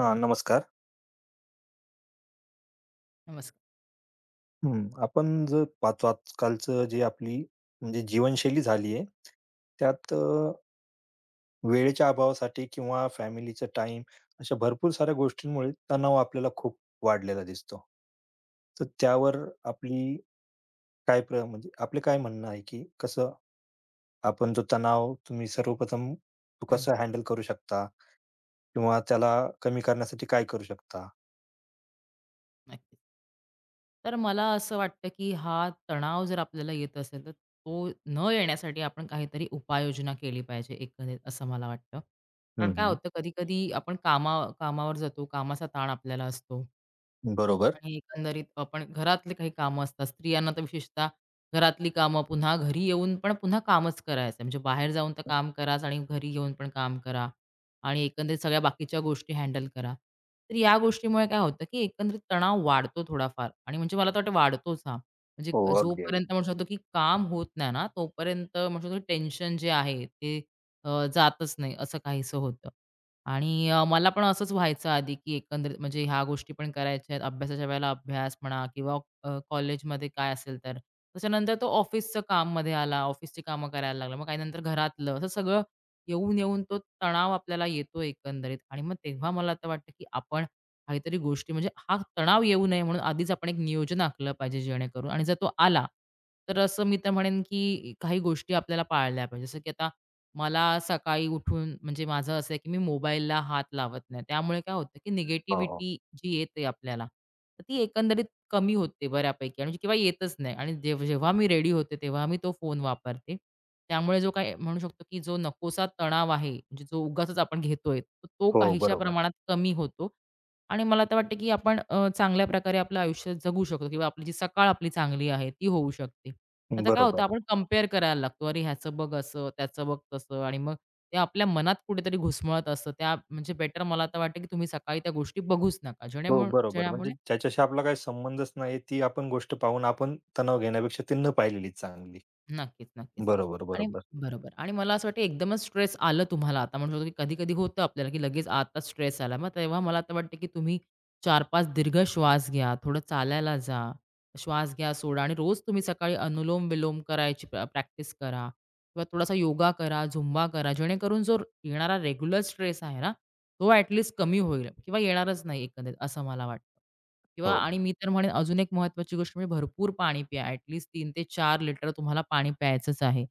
हां, नमस्कार. नमस्कार. हं, आपण जर पाहतो आजकालचं जे आपली म्हणजे जीवनशैली झाली आहे, त्यात वेळेच्या अभावासाठी किंवा फॅमिलीचा टाईम अशा भरपूर साऱ्या गोष्टींमुळे तणाव आपल्याला खूप वाढलेला दिसतो. तर त्यावर आपली काय म्हणजे आपलं काय म्हणणं आहे, की कसं आपण जो तणाव तुम्ही सर्वप्रथम तो हं, कसा हँडल करू शकता? किंवा त्याला कमी करण्यासाठी काय करू शकता? नक्कीच. तर मला असं वाटतं, की हा तणाव जर आपल्याला येत असेल, तर तो न येण्यासाठी आपण काहीतरी उपाययोजना केली पाहिजे एकंदरीत असं मला वाटतं. कारण हं, काय हं. होतं कधी-कधी आपण कामावर जातो, कामाचा ताण आपल्याला असतो बरोबर. आणि एकंदरीत आपण घरातले काही कामं असतात. स्त्रियांना तर विशेषतः घरातली कामं, पुन्हा घरी येऊन पण पुन्हा कामच करायचं. म्हणजे बाहेर जाऊन तर काम कराच आणि घरी येऊन पण काम करा आणि एकंदरीत सगळ्या बाकीच्या गोष्टी हँडल करा. तर या गोष्टीमुळे काय होतं, की एकंदरीत तणाव वाढतो थोडाफार आणि म्हणजे मला तर वाटतं वाढतोच हा. म्हणजे हो, अगदी, अगदी. जोपर्यंत म्हणू शकतो, की काम होत नाही ना, तोपर्यंत म्हणू शकतो टेन्शन जे आहे ते जातच नाही असं काहीसं होतं. आणि मला पण असंच व्हायचं आधी, की एकंदरीत म्हणजे ह्या गोष्टी पण करायच्या आहेत. अभ्यासाच्या वेळेला अभ्यास म्हणा किंवा कॉलेजमध्ये काय असेल तर. त्याच्यानंतर तो ऑफिसचं काममध्ये आला, ऑफिसची कामं करायला लागला. मग काही नंतर घरातलं, असं सगळं येऊन-येऊन तो तणाव आपल्याला येतो एकंदरीत. आणि मग तेव्हा मला आता वाटतं, की आपण काहीतरी गोष्टी म्हणजे हा तणाव येऊ नये म्हणून आधीच आपण एक नियोजन आखलं पाहिजे जेणेकरून आणि जर तो आला, तर असं मी तर म्हणेन, की काही गोष्टी आपल्याला पाळल्या पाहिजे. जसं की आता मला सकाळी उठून म्हणजे माझं असं आहे, की मी मोबाईलला हात लावत नाही. त्यामुळे काय होतं, की हो, हो. निगेटिव्हिटी जी येते आपल्याला, तर ती एकंदरीत कमी होते बऱ्यापैकी आणि किंवा येतच नाही आणि जेव्हा जेव्हा मी रेडी होते, तेव्हा मी तो फोन वापरते. त्यामुळे जो काही म्हणू शकतो, की जो नकोसा तणाव आहे, म्हणजे जो उगाचच आपण घेतोय, तर तो हो, काहीशा बरोबर. प्रमाणात कमी होतो आणि मला तर वाटतं, की आपण चांगल्या प्रकारे आपलं आयुष्य जगू शकतो किंवा आपली जी सकाळ आपली चांगली आहे, ती होऊ शकते. आता काय होतं, बरोबर. आपण कंपेअर करायला लागतो. अरे, ह्याचं बघ असं, त्याचं बघ तसं आणि मग ते आपल्या मनात कुठेतरी घुसमळत असतं. त्या म्हणजे बेटर मला तर वाटतं, की तुम्ही सकाळी त्या गोष्टी बघूच नका. हो, बरोबर. म्हणजे जेण्यामुळे ज्याच्याशी आपला काही संबंधच नाही, ती आपण गोष्ट पाहून आपण तणाव घेण्यापेक्षा ती न पाहिलेली चांगली. नक्कीच, नक्कीच. बरोबर, आणि बरोबर. बरोबर आणि मला असं वाटतं एकदमच स्ट्रेस आलं तुम्हाला आता म्हणू शकतो, की कधी-कधी होतं आपल्याला, की लगेच आता स्ट्रेस आला. मग तेव्हा मला तर वाटतं, की तुम्ही 4-5 दीर्घ श्वास घ्या, थोडं चालायला जा, श्वास घ्या, सोडा आणि रोज तुम्ही सकाळी अनुलोम-विलोम करायची प्रॅक्टिस करा किंवा थोडासा योगा करा, झुंबा करा. जेणेकरून जो येणारा रेग्युलर स्ट्रेस आहे ना, तो ॲट लीस्ट कमी होईल किंवा येणारच नाही एकंदरीत असं मला वाटतं. किंवा हो. आणि मी तर म्हणेन अजून एक महत्त्वाची गोष्ट म्हणजे भरपूर पाणी प्या. ॲट लीस्ट 3 ते 4 लिटर तुम्हाला पाणी प्यायचंच आहे.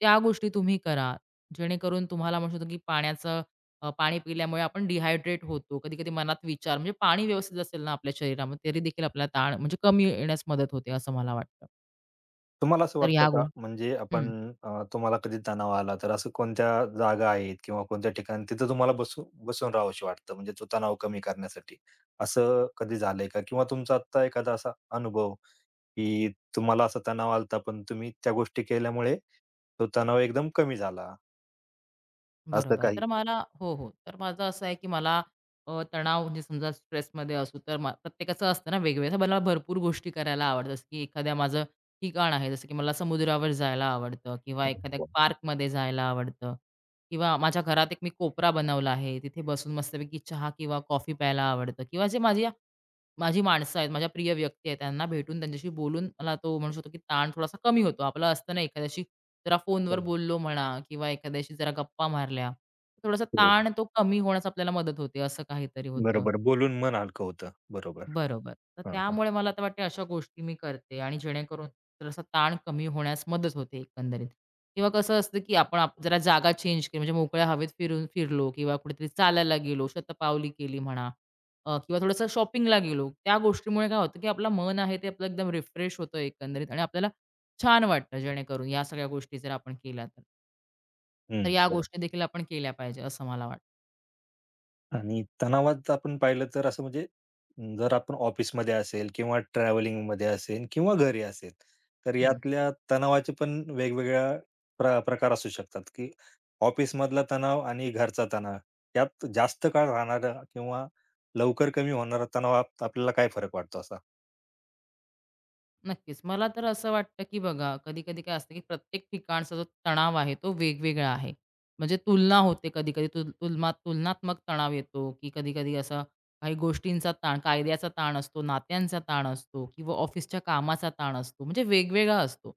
त्या गोष्टी तुम्ही करा. जेणेकरून तुम्हाला म्हणू शकतो, की पाण्याचं पाणी पिल्यामुळे आपण डिहायड्रेट होतो. कधी-कधी मनात विचार म्हणजे पाणी व्यवस्थित असेल ना आपल्या शरीरामध्ये तरी देखील आपल्याला ताण म्हणजे कमी येण्यास मदत होते असं मला वाटतं. तुम्हाला असं तर वाटतं ह्या का गो म्हणजे आपण तुम्हाला कधी तणाव आला तर असं कोणत्या जागा आहेत किंवा कोणत्या ठिकाणी तिथं तुम्हाला बसून बसून राहावंशी वाटतं म्हणजे तो तणाव कमी करण्यासाठी. असं कधी झालंय का? किंवा तुमचा आत्ता एखादा असा अनुभव की तुम्हाला असा तणाव आला पण तुम्ही त्या गोष्टी केल्यामुळे तो तणाव एकदम कमी झाला, असं बरोबर. काही? तर मला हो, हो. तर माझं असं आहे, की मला तणाव म्हणजे समजा स्ट्रेसमध्ये असू तर प्रत्येकाचं असतं ना वेगवेगळं. तर मला भरपूर गोष्टी करायला आवडतात. जसं की एखाद्या माझं ठिकाण आहे, जसं की मला समुद्रावर जायला आवडतं किंवा एखाद्या हो, पार्कमध्ये जायला आवडतं किंवा माझ्या घरात एक मी कोपरा बनवला आहे. तिथे बसून मस्तपैकी चहा किंवा कॉफी प्यायला आवडतं किंवा जे माझ्या माझी माणसं आहेत, माझ्या प्रिय व्यक्ती आहेत, त्यांना भेटून त्यांच्याशी बोलून मला तो म्हणू शकतो, की ताण थोडासा कमी होतो. आपला असतं ना एखाद्याशी जरा फोनवर हो. बोललो म्हणा किंवा एखाद्याशी जरा गप्पा मारल्या, थोडासा हो. ताण तो कमी होण्यास आपल्याला मदत होते, असं काहीतरी होतं. बरोबर, बोलून मन हलकं होतं. बरोबर. बरोबर. तर हां, हां. त्यामुळे मला तर वाटते अशा गोष्टी मी करते आणि जेणेकरून जरासा ताण कमी होण्यास मदत होते एकंदरीत. किंवा कसं असतं, की आपण जरा जागा चेंज केली, म्हणजे मोकळ्या हवेत फिरून फिरलो किंवा कुठेतरी चालायला गेलो, शतपावली केली म्हणा किंवा थोडंसं शॉपिंगला गेलो. त्या गोष्टीमुळे काय होतं, की आपलं मन आहे ते आपलं एकदम रिफ्रेश होतं एकंदरीत आणि आपल्याला छान वाटतं जेणेकरून या सगळ्या गोष्टी जर आपण केल्या तर. तर हं, या बरोबर गोष्टी देखील आपण केल्या पाहिजे असं मला वाटतं. आणि तणावात आपण पाहिलं तर असं म्हणजे अं, जर आपण ऑफिसमध्ये असेल किंवा ट्रॅव्हलिंगमध्ये असेल किंवा घरी असेल, तर हं. यातल्या तणावाचे पण वेगवेगळ्या प्रकार असू शकतात, की ऑफिसमधला तणाव आणि घरचा तणाव यात जास्त काळ राहणारा किंवा लवकर कमी होणारा तणावात आपल्याला काय फरक वाटतो असा? नक्कीच. मला तर असं वाटतं, की बघा कधी-कधी काय असतं, की प्रत्येक ठिकाणचा जो तणाव आहे तो वेगवेगळा आहे. म्हणजे तुलना होते कधी-कधी तुलनात्मक तणाव येतो, की कधी-कधी असा काही गोष्टींचा ताण, कायद्याचा ताण असतो, नात्यांचा ताण असतो किंवा ऑफिसच्या कामाचा ताण असतो. म्हणजे वेगवेगळा असतो.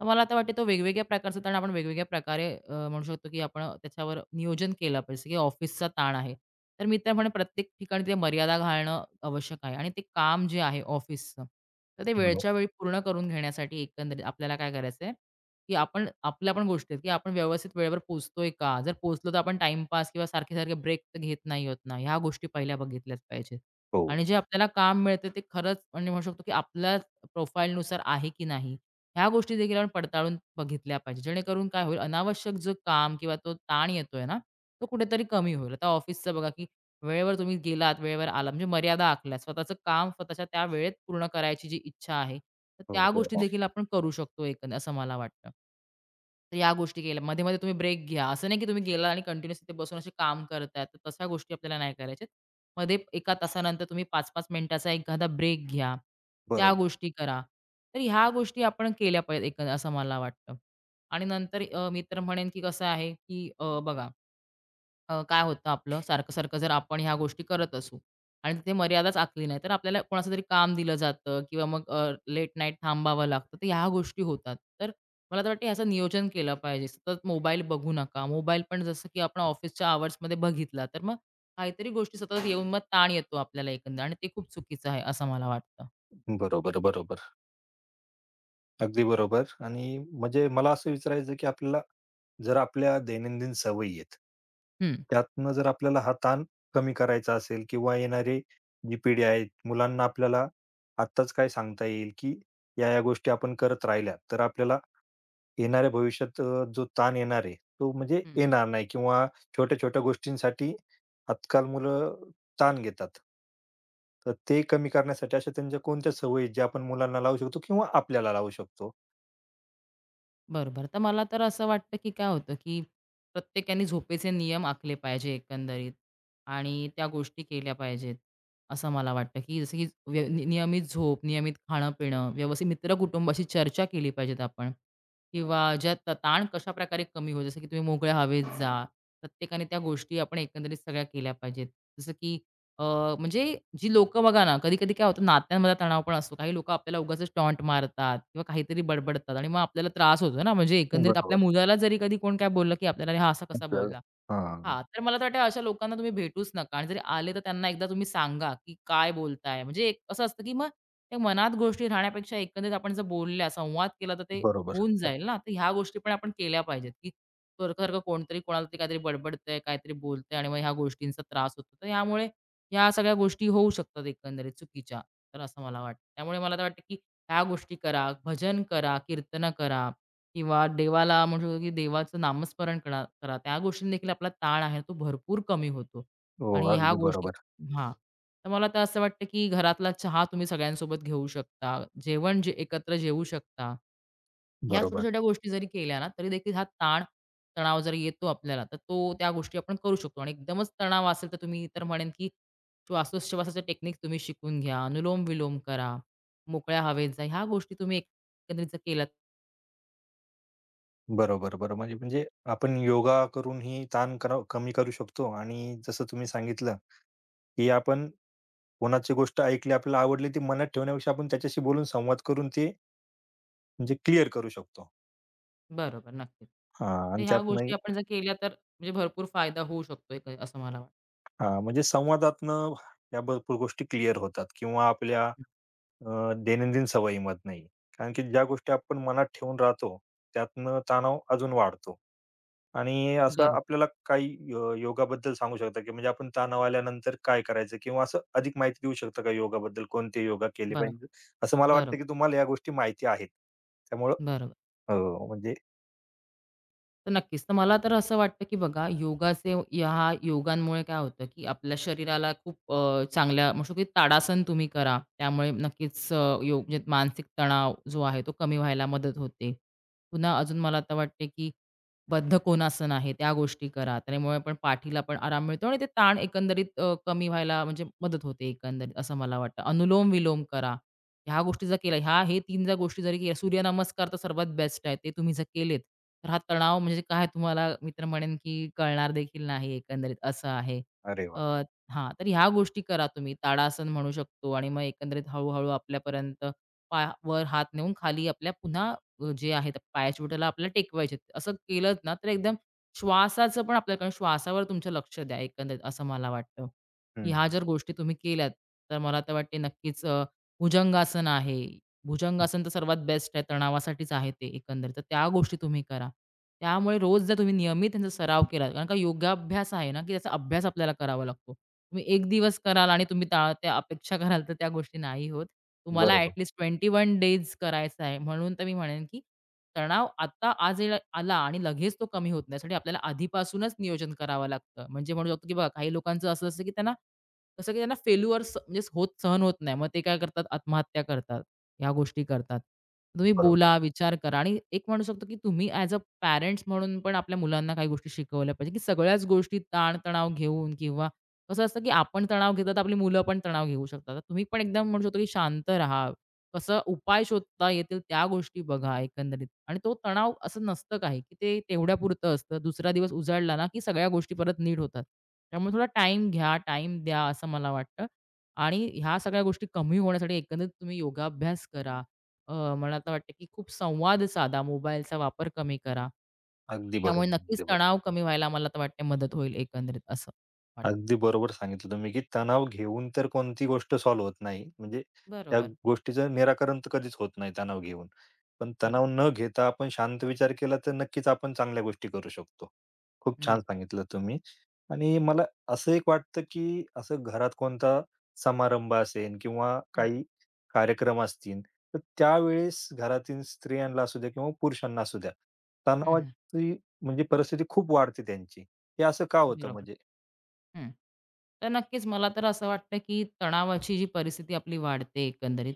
तर मला आता वाटते तो वेगवेगळ्या प्रकारचा ताण आपण वेगवेगळ्या प्रकारे म्हणू शकतो, की आपण त्याच्यावर नियोजन केलं पाहिजे, की ऑफिसचा ताण आहे. तर मी तर म्हणेन प्रत्येक ठिकाणी ते मर्यादा घालणं आवश्यक आहे आणि ते काम जे आहे ऑफिसचं, तर ते हो, वेळच्या वेळी पूर्ण करून घेण्यासाठी एकंदरीत आपल्याला काय करायचं आहे, की आपण आपल्या पण गोष्टी आहेत, की आपण व्यवस्थित वेळेवर पोहोचतोय का? जर पोहोचलो तर आपण टाईमपास किंवा सारखे-सारखे ब्रेक तर घेत नाही आहोत ना, ह्या गोष्टी पहिल्या बघितल्याच पाहिजेत. हो, आणि जे आपल्याला काम मिळतं ते खरंच म्हणजे म्हणू शकतो, की आपल्या प्रोफाईलनुसार आहे की नाही? ह्या गोष्टी देखील आपण पडताळून बघितल्या पाहिजे. जेणेकरून काय होईल अनावश्यक जो काम किंवा तो ताण येतोय ना, तो कुठेतरी कमी होईल. आता ऑफिसचं बघा, की वेळेवर तुम्ही गेलात, वेळेवर आलात म्हणजे मर्यादा आखल्या. स्वतःचं काम स्वतःच्या त्या वेळेत पूर्ण करायची जी इच्छा आहे, तर हो, त्या गोष्टी हो. देखील आपण करू शकतो एकंदरीत असं मला वाटतं. तर या गोष्टी केल्या. मध्ये-मध्ये तुम्ही ब्रेक घ्या. असं नाही की तुम्ही गेला आणि कंटिन्यूअस तिथे बसून असे काम करताय. तर तशा गोष्टी आपल्याला नाही करायच्यात. मध्ये 1 तासानंतर तुम्ही 5-5 मिनिटाचा एखादा ब्रेक घ्या. त्या बरोबर, गोष्टी करा. तर ह्या गोष्टी आपण केल्या पाहिजेत एक असं मला वाटतं. आणि नंतर मी तर म्हणेन की कसं आहे की बघा काय होतं आपलं, सारखं-सारखं जर आपण ह्या गोष्टी करत असू आणि तिथे मर्यादाच आखली नाही, तर आपल्याला कोणाचं तरी काम दिलं जातं किंवा मग लेट नाईट थांबावं लागतं. तर ह्या गोष्टी होतात. तर मला तर वाटतं ह्याचं नियोजन केलं पाहिजे. सतत मोबाईल बघू नका. मोबाईल पण जसं की आपण ऑफिसच्या आवर्समध्ये बघितला, तर मग काहीतरी गोष्टी सतत येऊन मग ताण येतो आपल्याला एकंदर आणि ते खूप चुकीचं आहे असं मला वाटतं. बरोबर, बरोबर. अगदी बरोबर आणि म्हणजे मला असं विचारायचं की आपल्याला जर आपल्या दैनंदिन सवयी आहेत, हं. त्यातनं जर आपल्याला हा ताण कमी करायचा असेल किंवा येणारी जी पिढी आहे, मुलांना आपल्याला आत्ताच काय सांगता येईल की या-या गोष्टी आपण करत राहिल्या, तर आपल्याला येणाऱ्या भविष्यात जो ताण येणार आहे, तो म्हणजे येणार नाही किंवा छोट्या-छोट्या गोष्टींसाठी आजकाल मुलं ताण घेतात. तर ते कमी करण्यासाठी अशा त्यांच्या कोणत्या सवयी आहेत, ज्या आपण मुलांना लावू शकतो किंवा आपल्याला लावू शकतो? बरोबर. तर मला तर असं वाटतं, की काय होतं, की प्रत्येकाने झोपेचे नियम आखले पाहिजे एकंदरीत आणि त्या गोष्टी केल्या पाहिजेत, असं मला वाटतं, की जसं की व्य नि नियमित झोप, नियमित खाणं-पिणं, व्यवस्थित मित्र-कुटुंबाशी चर्चा केली पाहिजेत आपण किंवा ज्या ताण कशाप्रकारे कमी होईल, जसं की तुम्ही मोकळ्या हवेत जा. प्रत्येकाने त्या गोष्टी आपण एकंदरीत सगळ्या केल्या पाहिजेत. जसं की अ, म्हणजे जी लोकं बघा ना, कधी-कधी काय होतं नात्यांमध्ये तणाव पण असतो. काही लोकं आपल्याला उगाचच टॉन्ट मारतात किंवा काहीतरी बडबडतात आणि मग आपल्याला त्रास होतो ना, म्हणजे एकंदरीत आपल्या बरोबर. मुलाला जरी कधी कोण काय बोललं, की आपल्याला "अरे, हा असा कसा आपल्याला बोलला?" हां, हां, तर मला तर वाटतं अशा लोकांना तुम्ही भेटूच नका आणि जरी आले तर त्यांना एकदा तुम्ही सांगा, की काय बोलताय? म्हणजे एक असं असतं, की मग त्या मनात गोष्टी राहण्यापेक्षा एकंदरीत आपण जर बोलल्या, संवाद केला तर ते बरोबर. होऊन जाईल ना. तर ह्या गोष्टी पण आपण केल्या पाहिजेत, की सारखं-सारखं कोणतरी कोणाला तरी काहीतरी बडबडतंय, काहीतरी बोलतंय आणि मग ह्या गोष्टींचा त्रास होतो. तर ह्यामुळे ह्या सगळ्या गोष्टी होऊ शकतात एकंदरीत चुकीच्या. तर असं मला वाटतं. त्यामुळे मला तर वाटतं, की ह्या गोष्टी करा, भजन करा, कीर्तनं करा किंवा देवाला म्हणू शकतो, की देवाचं नामस्मरण करा करा. त्या गोष्टीने देखील आपला ताण आहे तो भरपूर कमी होतो हो, आणि ह्या अगदी गोष्टी बरोबर. हां. तर मला तर असं वाटतं, की घरातला चहा तुम्ही सगळ्यांसोबत घेऊ शकता. जेवण जे एकत्र जेवू शकता. ह्या बरोबर, छोट्या-छोट्या गोष्टी जरी केल्या ना, तरी देखील हा ताण, तणाव जर येतो आपल्याला, तर तो त्या गोष्टी आपण करू शकतो आणि एकदमच तणाव असेल तर तुम्ही तर म्हणेन, की श्वासोच्छवासाचे टेक्निक तुम्ही शिकून घ्या, अनुलोम-विलोम करा, मोकळ्या हवेत जा. ह्या गोष्टी तुम्ही एकंदरीत जर केल्यात बरोबर, बरोबर. म्हणजे म्हणजे आपण योगा करूनही ताण कमी करू शकतो आणि जसं तुम्ही सांगितलं, की आपण कोणाची गोष्ट ऐकली, आपल्याला आवडली, ती मनात ठेवण्यापेक्षा आपण त्याच्याशी बोलून संवाद करून ते म्हणजे क्लिअर करू शकतो. बरोबर, नक्कीच. हां तर आणि ह्या गोष्टी त्यातनंही आपण जर केल्या तर म्हणजे भरपूर फायदा होऊ शकतो एक असं मला वाटतं. हां, म्हणजे संवादातनं या भरपूर गोष्टी क्लिअर होतात किंवा आपल्या दैनंदिन सवयीमधनंही. कारण की ज्या गोष्टी आपण मनात ठेवून राहतो, त्यातनं तणाव अजून वाढतो. आणि असं बरोबर, आपल्याला काही योगाबद्दल सांगू शकता, की म्हणजे आपण तणाव आल्यानंतर काय करायचं? किंवा असं अधिक माहिती देऊ शकता का योगाबद्दल? कोणते योगा केले बरं, पाहिजे? असं मला वाटतं, बरोबर, की तुम्हाला या गोष्टी माहिती आहेत. त्यामुळं बरोबर. हो, म्हणजे तर नक्कीच. तर मला तर असं वाटतं, की बघा योगाचे ह्या योगांमुळे काय होतं, की आपल्या शरीराला खूप चांगल्या म्हणू शकतो, की ताडासन तुम्ही करा. त्यामुळे नक्कीच योग म्हणजे मानसिक तणाव जो आहे तो कमी व्हायला मदत होते. पुन्हा अजून मला आता वाटते, की बद्धकोनासन आहे त्या गोष्टी करा. त्यामुळे पण पाठीला पण आराम मिळतो आणि ते ताण एकंदरीत कमी व्हायला म्हणजे मदत होते एकंदरीत असं मला वाटतं. अनुलोम-विलोम करा. ह्या गोष्टी जर केल्या, ह्या 3 जर गोष्टी जरी केल्या, सूर्यनमस्कार तर सर्वात बेस्ट आहे. ते तुम्ही जर केलेत, तर हा तणाव म्हणजे काय तुम्हाला मित्र तर म्हणेन, की कळणार देखील नाही एकंदरीत असं आहे. अरे अ, वाह! हां, तर ह्या गोष्टी करा तुम्ही. ताडासन म्हणू शकतो आणि मग एकंदरीत हळू आपल्यापर्यंत पाय वर हात नेऊन खाली आपल्या पुन्हा जे आहेत पायाच्या बोटाला आपल्याला टेकवायचे. असं केलं ना, तर एकदम श्वासाचं पण आपल्याकडे श्वासावर तुमचं लक्ष द्या एकंदरीत असं मला वाटतं. की हं, ह्या जर गोष्टी तुम्ही केल्यात, तर मला तर वाटते नक्कीच भुजंगासन आहे. भुजंगासन तर सर्वात बेस्ट आहे, तणावासाठीच आहे ते एकंदरीत. तर त्या गोष्टी तुम्ही करा. त्यामुळे रोज जर तुम्ही नियमित त्यांचा सराव केला कारण का योगाभ्यास आहे ना, की त्याचा अभ्यास आपल्याला करावा लागतो. तुम्ही 1 दिवस कराल आणि तुम्ही त्या त्या अपेक्षा कराल तर त्या गोष्टी नाही होत. तुम्हाला ॲट बरोबर, लीस्ट 21 डेज करायचा आहे. म्हणून तर मी म्हणेन, की तणाव आता आज आला आणि लगेच तो कमी होत नाही. यासाठी आपल्याला आधीपासूनच नियोजन करावं लागतं. म्हणजे म्हणू शकतो, की बघा काही लोकांचं असं असतं, की त्यांना कसं की त्यांना फेल्युअर म्हणजे सहन होत नाही. मग ते काय करतात आत्महत्या करतात. ह्या गोष्टी करतात. तुम्ही बरोबर. बोला, विचार करा आणि एक म्हणू शकतो, की तुम्ही ॲज अ पॅरेंट्स म्हणून पण आपल्या मुलांना काही गोष्टी शिकवल्या पाहिजे, की सगळ्याच गोष्टी ताण-तणाव घेऊन किंवा कसं असतं, की आपण तणाव घेतात, आपली मुलं पण तणाव घेऊ शकतात. तर तुम्ही पण एकदम म्हणू शकतो, की शांत राहा. कसं उपाय शोधता येतील त्या गोष्टी बघा एकंदरीत. आणि तो तणाव असं नसतं काही, की ते तेवढ्यापुरतं असतं. दुसरा दिवस उजाडला ना, की सगळ्या गोष्टी परत नीट होतात. त्यामुळे थोडा टाइम घ्या, टाइम द्या असं मला वाटतं. आणि ह्या सगळ्या गोष्टी कमी होण्यासाठी एकंदरीत तुम्ही योगाभ्यास करा. अ, मला तर वाटतं, की खूप संवाद साधा, मोबाईलचा वापर कमी करा. अगदी त्यामुळे बरोबर, नक्कीच अगदी बरोबर. तणाव कमी व्हायला मला तर वाटते मदत होईल एकंदरीत असं वाटतं. अगदी बरोबर सांगितलं तुम्ही, की तणाव घेऊन तर कोणती गोष्ट सॉल्व्ह होत नाही. म्हणजे त्या बरोबर. गोष्टीचं निराकरण तर कधीच होत नाही तणाव घेऊन. पण हं. तणाव न घेता आपण शांत विचार केला, तर नक्कीच आपण चांगल्या गोष्टी करू शकतो. खूप छान नाही. सांगितलं तुम्ही आणि मला असं एक वाटतं, की असं घरात कोणता समारंभ असेल किंवा हं, काही कार्यक्रम असतील, तर त्यावेळेस घरातील स्त्रियांना असू द्या किंवा पुरुषांना असू द्या, हं, तणावाची म्हणजे परिस्थिती खूप वाढते त्यांची. हे असं का होतं बरोबर. म्हणजे? हं. तर नक्कीच मला तर असं वाटतं, की तणावाची जी परिस्थिती आपली वाढते एकंदरीत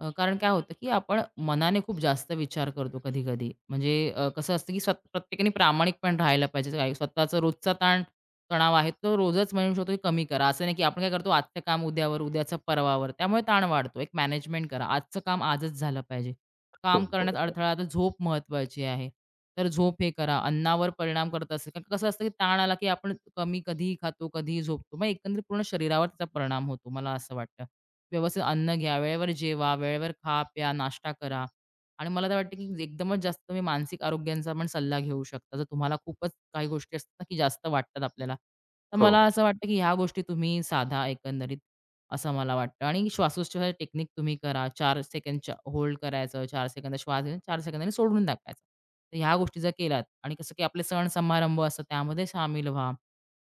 कारण काय होतं, की आपण मनाने खूप जास्त विचार करतो कधी-कधी. म्हणजे कसं असतं, की प्रत्येकाने प्रामाणिक पण राहायला पाहिजे. काय स्वतःचा रोजचा ताण तणाव आहे तो रोजच म्हणू शकतो, की कमी करा. असं नाही, की आपण काय करतो आजचं काम उद्यावर, उद्याचं परवावर. त्यामुळे ताण वाढतो. एक मॅनेजमेंट करा. आजचं काम आजच झालं पाहिजे. हो, काम हो, करण्यात हो. अडथळा, तर झोप महत्त्वाची आहे. तर झोप हे करा. अन्नावर परिणाम करत असेल कारण कसं असतं, की ताण आला, की आपण कमी कधीही खातो, कधीही झोपतो. मग एकंदरीत पूर्ण शरीरावर त्याचा परिणाम होतो, मला असं वाटतं. व्यवस्थित अन्न घ्या, वेळेवर जेवा, वेळेवर खा, प्या, नाश्ता करा आणि मला तर वाटतं, की एकदमच जास्त तुम्ही मानसिक आरोग्यांचा पण सल्ला घेऊ शकता. जर तुम्हाला खूपच काही गोष्टी असतात ना, की जास्त वाटतात आपल्याला. तर हो, मला असं वाटतं, की ह्या गोष्टी तुम्ही साधा एकंदरीत. असं मला वाटतं आणि श्वासोच्छ्वासाची टेक्निक तुम्ही करा. 4 सेकंदच्या होल्ड करायचं, 4 सेकंद श्वास घेऊन 4 सेकंदांनी सोडून टाकायचं. तर ह्या गोष्टी जर केल्यात आणि कसं की आपले सण-समारंभ असतात त्यामध्ये सामील व्हा.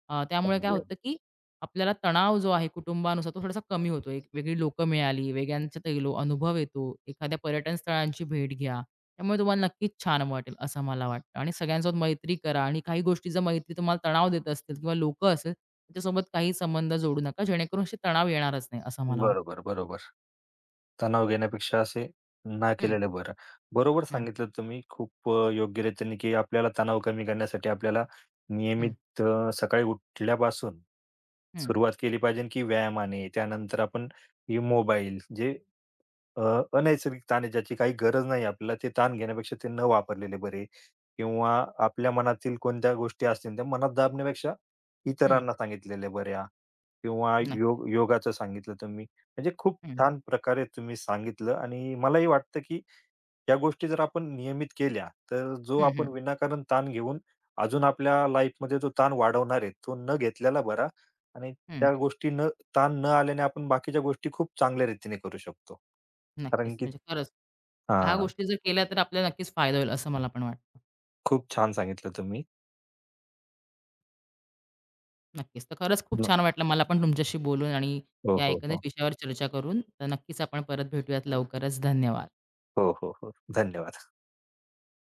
त्यामुळे काय होतं की आपल्याला तणाव जो आहे कुटुंबानुसार तो थोडासा कमी होतो. एक वेगळी लोकं मिळाली, वेगळ्यांचा दैलो अनुभव येतो. एखाद्या पर्यटन स्थळांची भेट घ्या. त्यामुळे तुम्हाला नक्कीच छान वाटेल असं मला वाटतं आणि सगळ्यांसोबत मैत्री करा आणि काही गोष्टी जर मैत्री तुम्हाला तणाव देत असतील किंवा लोकं असेल त्याच्यासोबत काही संबंध जोडू नका, जेणेकरून असे तणाव येणारच नाही, असं मला वाटतं. बरोबर, बरोबर. तणाव घेण्यापेक्षा असे ना हं, केलेलं बरं. बरोबर हं, सांगितलं तुम्ही खूप योग्यरीतीने, की आपल्याला तणाव कमी करण्यासाठी आपल्याला हं, नियमित सकाळी उठल्यापासून हं, सुरुवात केली पाहिजे, की व्यायामाने. त्यानंतर आपण हे मोबाईल जे अ, अनैसर्गिक ताण आहे ज्याची काही गरज नाही आपल्याला, ते ताण घेण्यापेक्षा ते न वापरलेले बरे किंवा आपल्या मनातील कोणत्या गोष्टी असतील, त्या मनात दाबण्यापेक्षा हं. इतरांना सांगितलेल्या बऱ्या किंवा नक्कीच. योगाचं सांगितलं तुम्ही. म्हणजे खूप हं, छान प्रकारे तुम्ही सांगितलं आणि मलाही वाटतं, की या गोष्टी जर आपण नियमित केल्या, तर जो हं, आपण हं, विनाकारण ताण घेऊन अजून आपल्या लाईफमध्ये जो ताण वाढवणार आहे, तो न घेतलेला बरा आणि हं. त्या गोष्टी ताण न आल्याने आपण बाकीच्या गोष्टी खूप चांगल्या रीतीने करू शकतो. कारण नक्कीच. की म्हणजे खरंच ह्या हां, गोष्टी जर केल्या तर आपल्याला नक्कीच फायदा होईल, असं मला पण वाटतं. खूप छान सांगितलं तुम्ही. नक्कीच. तर खरंच खूप न छान वाटलं मला पण तुमच्याशी बोलून आणि हो, या हो, एकंदरीत हो. विषयावर चर्चा करून. तर नक्कीच आपण परत भेटूयात लवकरच. धन्यवाद. हो, हो, हो. धन्यवाद.